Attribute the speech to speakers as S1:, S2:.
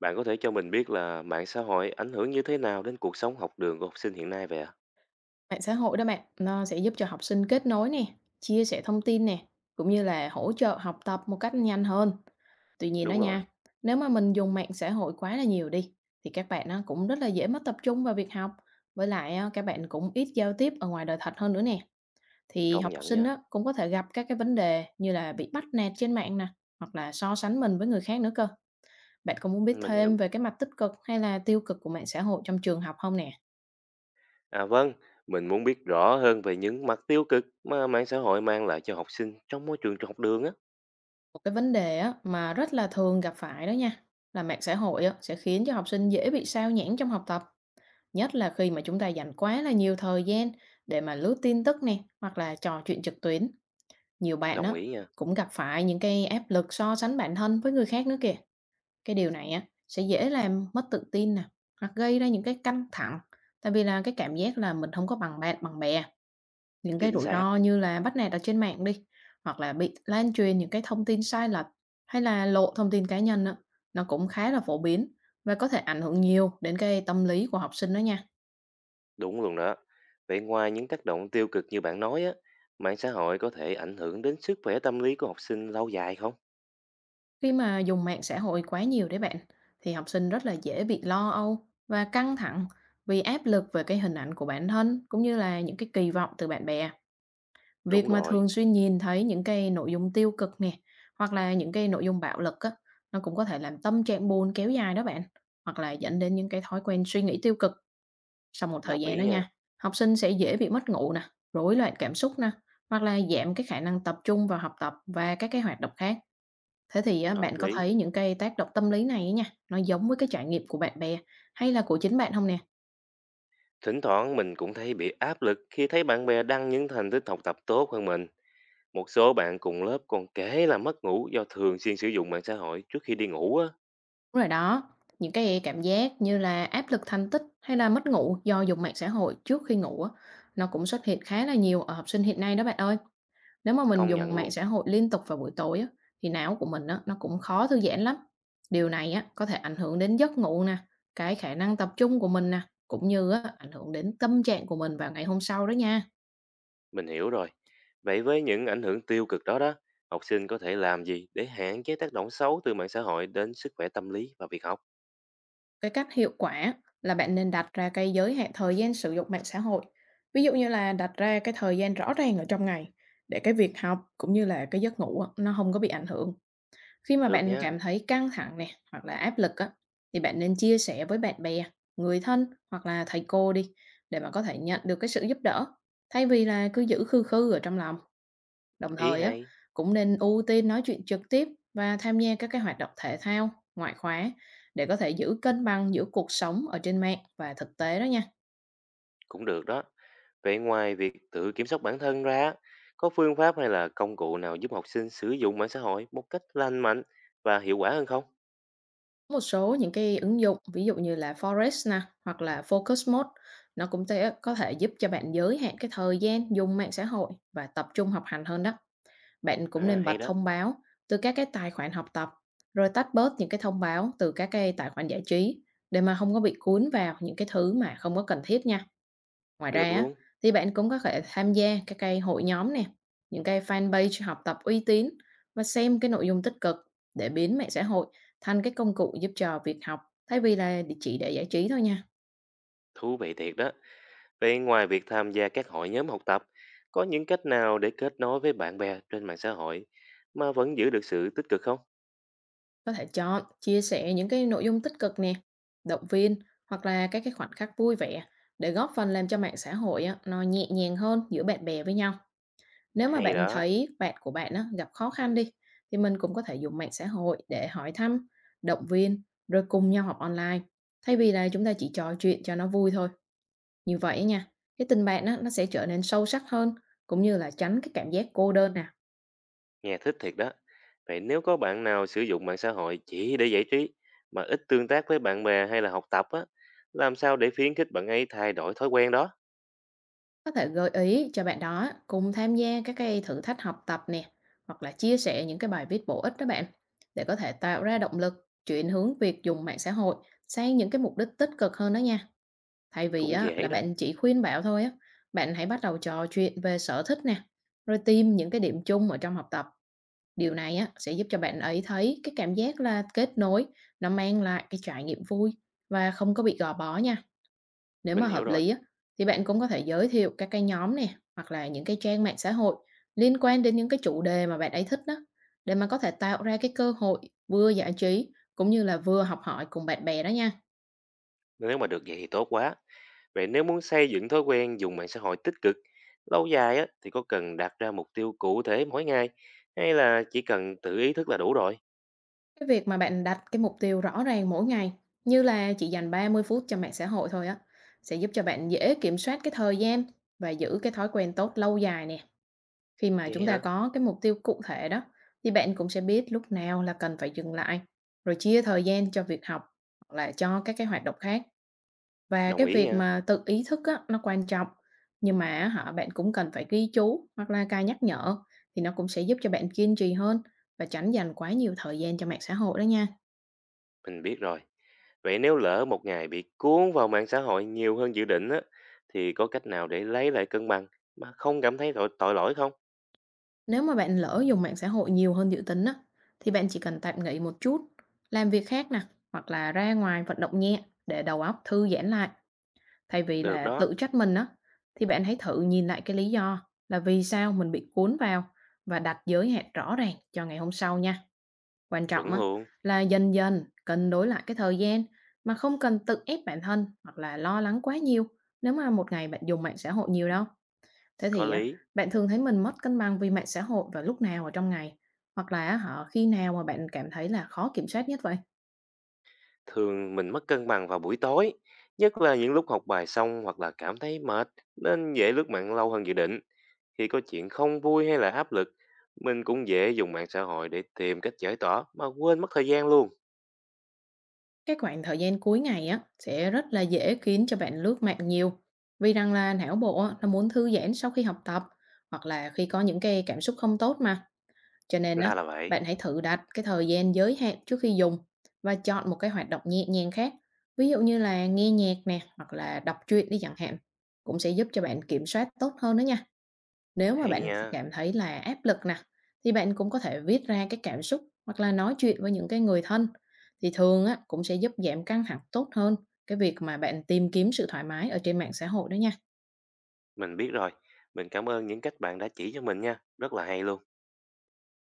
S1: Bạn có thể cho mình biết là mạng xã hội ảnh hưởng như thế nào đến cuộc sống học đường của học sinh hiện nay vậy ạ?
S2: Mạng xã hội đó bạn, nó sẽ giúp cho học sinh kết nối nè, chia sẻ thông tin nè, cũng như là hỗ trợ học tập một cách nhanh hơn. Tuy nhiên đó
S1: Đúng
S2: nha,
S1: rồi,
S2: nếu mà mình dùng mạng xã hội quá là nhiều đi, thì các bạn nó cũng rất là dễ mất tập trung vào việc học. Với lại á, các bạn cũng ít giao tiếp ở ngoài đời thật hơn nữa nè. Thì
S1: công
S2: học
S1: nhận
S2: sinh
S1: nha,
S2: đó cũng có thể gặp các cái vấn đề như là bị bắt nạt trên mạng nè, hoặc là so sánh mình với người khác nữa cơ. Bạn có muốn biết
S1: mình hiểu.
S2: thêm về cái mặt tích cực hay là tiêu cực của mạng xã hội trong trường học không nè?
S1: À vâng, mình muốn biết rõ hơn về những mặt tiêu cực mà mạng xã hội mang lại cho học sinh trong môi trường học đường á.
S2: Một cái vấn đề á, mà rất là thường gặp phải đó nha, là mạng xã hội á, sẽ khiến cho học sinh dễ bị sao nhãng trong học tập, nhất là khi mà chúng ta dành quá là nhiều thời gian để mà lướt tin tức nè, hoặc là trò chuyện trực tuyến. Nhiều bạn
S1: Đồng
S2: á,
S1: ý nha,
S2: cũng gặp phải những cái áp lực so sánh bản thân với người khác nữa kìa. Cái điều này á, sẽ dễ làm mất tự tin nè, hoặc gây ra những cái căng thẳng, tại vì là cái cảm giác là mình không có bằng bạn, bằng bè, những cái
S1: chính
S2: rủi
S1: xác,
S2: ro như là bắt nạt ở trên mạng đi, hoặc là bị lan truyền những cái thông tin sai lệch, hay là lộ thông tin cá nhân á, nó cũng khá là phổ biến và có thể ảnh hưởng nhiều đến cái tâm lý của học sinh đó nha.
S1: đúng luôn đó. Vậy ngoài những tác động tiêu cực như bạn nói á, mạng xã hội có thể ảnh hưởng đến sức khỏe tâm lý của học sinh lâu dài không?
S2: Khi mà dùng mạng xã hội quá nhiều đấy bạn, thì học sinh rất là dễ bị lo âu và căng thẳng vì áp lực về cái hình ảnh của bản thân cũng như là những cái kỳ vọng từ bạn bè. Việc
S1: Đúng
S2: mà
S1: rồi,
S2: thường xuyên nhìn thấy những cái nội dung tiêu cực nè, hoặc là những cái nội dung bạo lực á, nó cũng có thể làm tâm trạng buồn kéo dài đó bạn, hoặc là dẫn đến những cái thói quen suy nghĩ tiêu cực. Sau một thời
S1: đồng
S2: gian
S1: ý
S2: đó
S1: nha,
S2: nha, học sinh sẽ dễ bị mất ngủ nè, rối loạn cảm xúc nè, hoặc là giảm cái khả năng tập trung vào học tập và các cái hoạt động khác. Thế thì á,
S1: hợp
S2: bạn có
S1: lý.
S2: thấy những cái tác động tâm lý này ấy nha, nó giống với cái trải nghiệm của bạn bè hay là của chính bạn không nè?
S1: Thỉnh thoảng mình cũng thấy bị áp lực khi thấy bạn bè đăng những thành tích học tập tốt hơn mình. Một số bạn cùng lớp còn kể là mất ngủ do thường xuyên sử dụng mạng xã hội trước khi đi ngủ á,
S2: Đúng rồi đó, những cái cảm giác như là áp lực thành tích hay là mất ngủ do dùng mạng xã hội trước khi ngủ á, nó cũng xuất hiện khá là nhiều ở học sinh hiện nay đó bạn ơi. Nếu mà mình
S1: công nhận
S2: dùng mạng
S1: luôn,
S2: xã hội liên tục vào buổi tối á, thì não của mình á, nó cũng khó thư giãn lắm. Điều này á, có thể ảnh hưởng đến giấc ngủ nè, cái khả năng tập trung của mình nè, cũng như á, ảnh hưởng đến tâm trạng của mình vào ngày hôm sau đó nha.
S1: mình hiểu rồi. Vậy với những ảnh hưởng tiêu cực đó đó, học sinh có thể làm gì để hạn chế tác động xấu từ mạng xã hội đến sức khỏe tâm lý và việc học?
S2: Cái cách hiệu quả là bạn nên đặt ra cái giới hạn thời gian sử dụng mạng xã hội. Ví dụ như là đặt ra cái thời gian rõ ràng ở trong ngày để cái việc học cũng như là cái giấc ngủ á, nó không có bị ảnh hưởng. Khi mà
S1: Được
S2: bạn
S1: nha,
S2: cảm thấy căng thẳng nè, hoặc là áp lực á, thì bạn nên chia sẻ với bạn bè, người thân hoặc là thầy cô đi để mà có thể nhận được cái sự giúp đỡ, thay vì là cứ giữ khư khư ở trong lòng. Đồng
S1: ý
S2: thời á,
S1: hay,
S2: cũng nên ưu tiên nói chuyện trực tiếp và tham gia các cái hoạt động thể thao, ngoại khóa để có thể giữ cân bằng giữa cuộc sống ở trên mạng và thực tế đó nha.
S1: cũng được đó. Vậy ngoài việc tự kiểm soát bản thân ra, có phương pháp hay là công cụ nào giúp học sinh sử dụng mạng xã hội một cách lành mạnh và hiệu quả hơn không?
S2: Một số những cái ứng dụng ví dụ như là Forest nè hoặc là Focus Mode, nó cũng sẽ có thể giúp cho bạn giới hạn cái thời gian dùng mạng xã hội và tập trung học hành hơn đó. Bạn cũng
S1: À,
S2: nên bật
S1: hay đó,
S2: thông báo từ các cái tài khoản học tập, rồi tách bớt những cái thông báo từ các cái tài khoản giải trí để mà không có bị cuốn vào những cái thứ mà không có cần thiết nha. Ngoài ra
S1: được
S2: á,
S1: luôn,
S2: thì bạn cũng có thể tham gia các cái hội nhóm nè, những cái fanpage học tập uy tín và xem cái nội dung tích cực để biến mạng xã hội thành cái công cụ giúp cho việc học, thay vì là địa chỉ để giải trí thôi nha.
S1: thú vị thiệt đó. Vậy ngoài việc tham gia các hội nhóm học tập, có những cách nào để kết nối với bạn bè trên mạng xã hội mà vẫn giữ được sự tích cực không?
S2: Có thể chọn chia sẻ những cái nội dung tích cực nè, động viên, hoặc là các cái khoảnh khắc vui vẻ để góp phần làm cho mạng xã hội á, nó nhẹ nhàng hơn giữa bạn bè với nhau. Nếu mà
S1: Hay
S2: bạn
S1: đó,
S2: thấy bạn của bạn á, gặp khó khăn đi, thì mình cũng có thể dùng mạng xã hội để hỏi thăm, động viên, rồi cùng nhau học online, thay vì là chúng ta chỉ trò chuyện cho nó vui thôi. Như vậy á nha, cái tình bạn á, nó sẽ trở nên sâu sắc hơn, cũng như là tránh cái cảm giác cô đơn nè.
S1: nghe thích thiệt đó. Vậy nếu có bạn nào sử dụng mạng xã hội chỉ để giải trí mà ít tương tác với bạn bè hay là học tập á, làm sao để khuyến khích bạn ấy thay đổi thói quen đó?
S2: Có thể gợi ý cho bạn đó cùng tham gia các cái thử thách học tập nè, hoặc là chia sẻ những cái bài viết bổ ích đó bạn, để có thể tạo ra động lực, chuyển hướng việc dùng mạng xã hội sang những cái mục đích tích cực hơn đó nha. Thay vì
S1: Cũng
S2: á là
S1: dễ đó,
S2: bạn chỉ khuyên bảo thôi á, bạn hãy bắt đầu trò chuyện về sở thích nè, rồi tìm những cái điểm chung ở trong học tập. Điều này á sẽ giúp cho bạn ấy thấy cái cảm giác là kết nối, nó mang lại cái trải nghiệm vui và không có bị gò bó nha. Nếu
S1: mình
S2: mà hợp
S1: hiểu rồi.
S2: lý á, thì bạn cũng có thể giới thiệu các cái nhóm nè, hoặc là những cái trang mạng xã hội liên quan đến những cái chủ đề mà bạn ấy thích đó, để mà có thể tạo ra cái cơ hội vừa giải trí cũng như là vừa học hỏi cùng bạn bè đó nha.
S1: Nếu mà được vậy thì tốt quá. Vậy nếu muốn xây dựng thói quen dùng mạng xã hội tích cực lâu dài á, thì có cần đặt ra mục tiêu cụ thể mỗi ngày hay là chỉ cần tự ý thức là đủ rồi?
S2: Cái việc mà bạn đặt cái mục tiêu rõ ràng mỗi ngày, như là chỉ dành 30 phút cho mạng xã hội thôi á, sẽ giúp cho bạn dễ kiểm soát cái thời gian và giữ cái thói quen tốt lâu dài nè. Khi mà
S1: Vậy
S2: chúng ta
S1: hả?
S2: có cái mục tiêu cụ thể đó, thì bạn cũng sẽ biết lúc nào là cần phải dừng lại, rồi chia thời gian cho việc học hoặc là cho các cái hoạt động khác. Và
S1: Đồng
S2: cái
S1: ý
S2: việc
S1: nha,
S2: mà tự ý thức á, nó quan trọng, nhưng mà á, hả bạn cũng cần phải ghi chú hoặc là cài nhắc nhở thì nó cũng sẽ giúp cho bạn kiên trì hơn và tránh dành quá nhiều thời gian cho mạng xã hội đó nha.
S1: mình biết rồi. Vậy nếu lỡ một ngày bị cuốn vào mạng xã hội nhiều hơn dự định á, thì có cách nào để lấy lại cân bằng mà không cảm thấy tội lỗi không?
S2: Nếu mà bạn lỡ dùng mạng xã hội nhiều hơn dự tính á, thì bạn chỉ cần tạm nghỉ một chút, làm việc khác nè, hoặc là ra ngoài vận động nhẹ để đầu óc thư giãn lại. Thay vì
S1: Được
S2: là
S1: đó,
S2: tự trách mình á, thì bạn hãy thử nhìn lại cái lý do là vì sao mình bị cuốn vào và đặt giới hạn rõ ràng cho ngày hôm sau nha. Quan trọng
S1: chuẩn
S2: á,
S1: luôn,
S2: là dần dần cân đối lại cái thời gian mà không cần tự ép bản thân hoặc là lo lắng quá nhiều nếu mà một ngày bạn dùng mạng xã hội nhiều đâu. Thế
S1: có
S2: thì á,
S1: lý.
S2: bạn thường thấy mình mất cân bằng vì mạng xã hội vào lúc nào ở trong ngày? Hoặc là á hả, khi nào mà bạn cảm thấy là khó kiểm soát nhất vậy?
S1: Thường mình mất cân bằng vào buổi tối, nhất là những lúc học bài xong hoặc là cảm thấy mệt nên dễ lướt mạng lâu hơn dự định. Khi có chuyện không vui hay là áp lực, mình cũng dễ dùng mạng xã hội để tìm cách giải tỏa mà quên mất thời gian luôn.
S2: Cái khoảng thời gian cuối ngày á sẽ rất là dễ khiến cho bạn lướt mạng nhiều. Vì rằng là não bộ á, nó muốn thư giãn sau khi học tập hoặc là khi có những cái cảm xúc không tốt mà. Cho nên á,
S1: Ra là vậy.
S2: bạn hãy thử đặt cái thời gian giới hạn trước khi dùng và chọn một cái hoạt động nhẹ nhàng khác. Ví dụ như là nghe nhạc nè hoặc là đọc truyện đi chẳng hạn. Cũng sẽ giúp cho bạn kiểm soát tốt hơn đó nha. Nếu mà
S1: Hay
S2: bạn
S1: nha.
S2: cảm thấy là áp lực nè, thì bạn cũng có thể viết ra cái cảm xúc hoặc là nói chuyện với những cái người thân, thì thường á cũng sẽ giúp giảm căng thẳng tốt hơn cái việc mà bạn tìm kiếm sự thoải mái ở trên mạng xã hội đó nha.
S1: Mình biết rồi. Mình cảm ơn những cách bạn đã chỉ cho mình nha. Rất là hay luôn.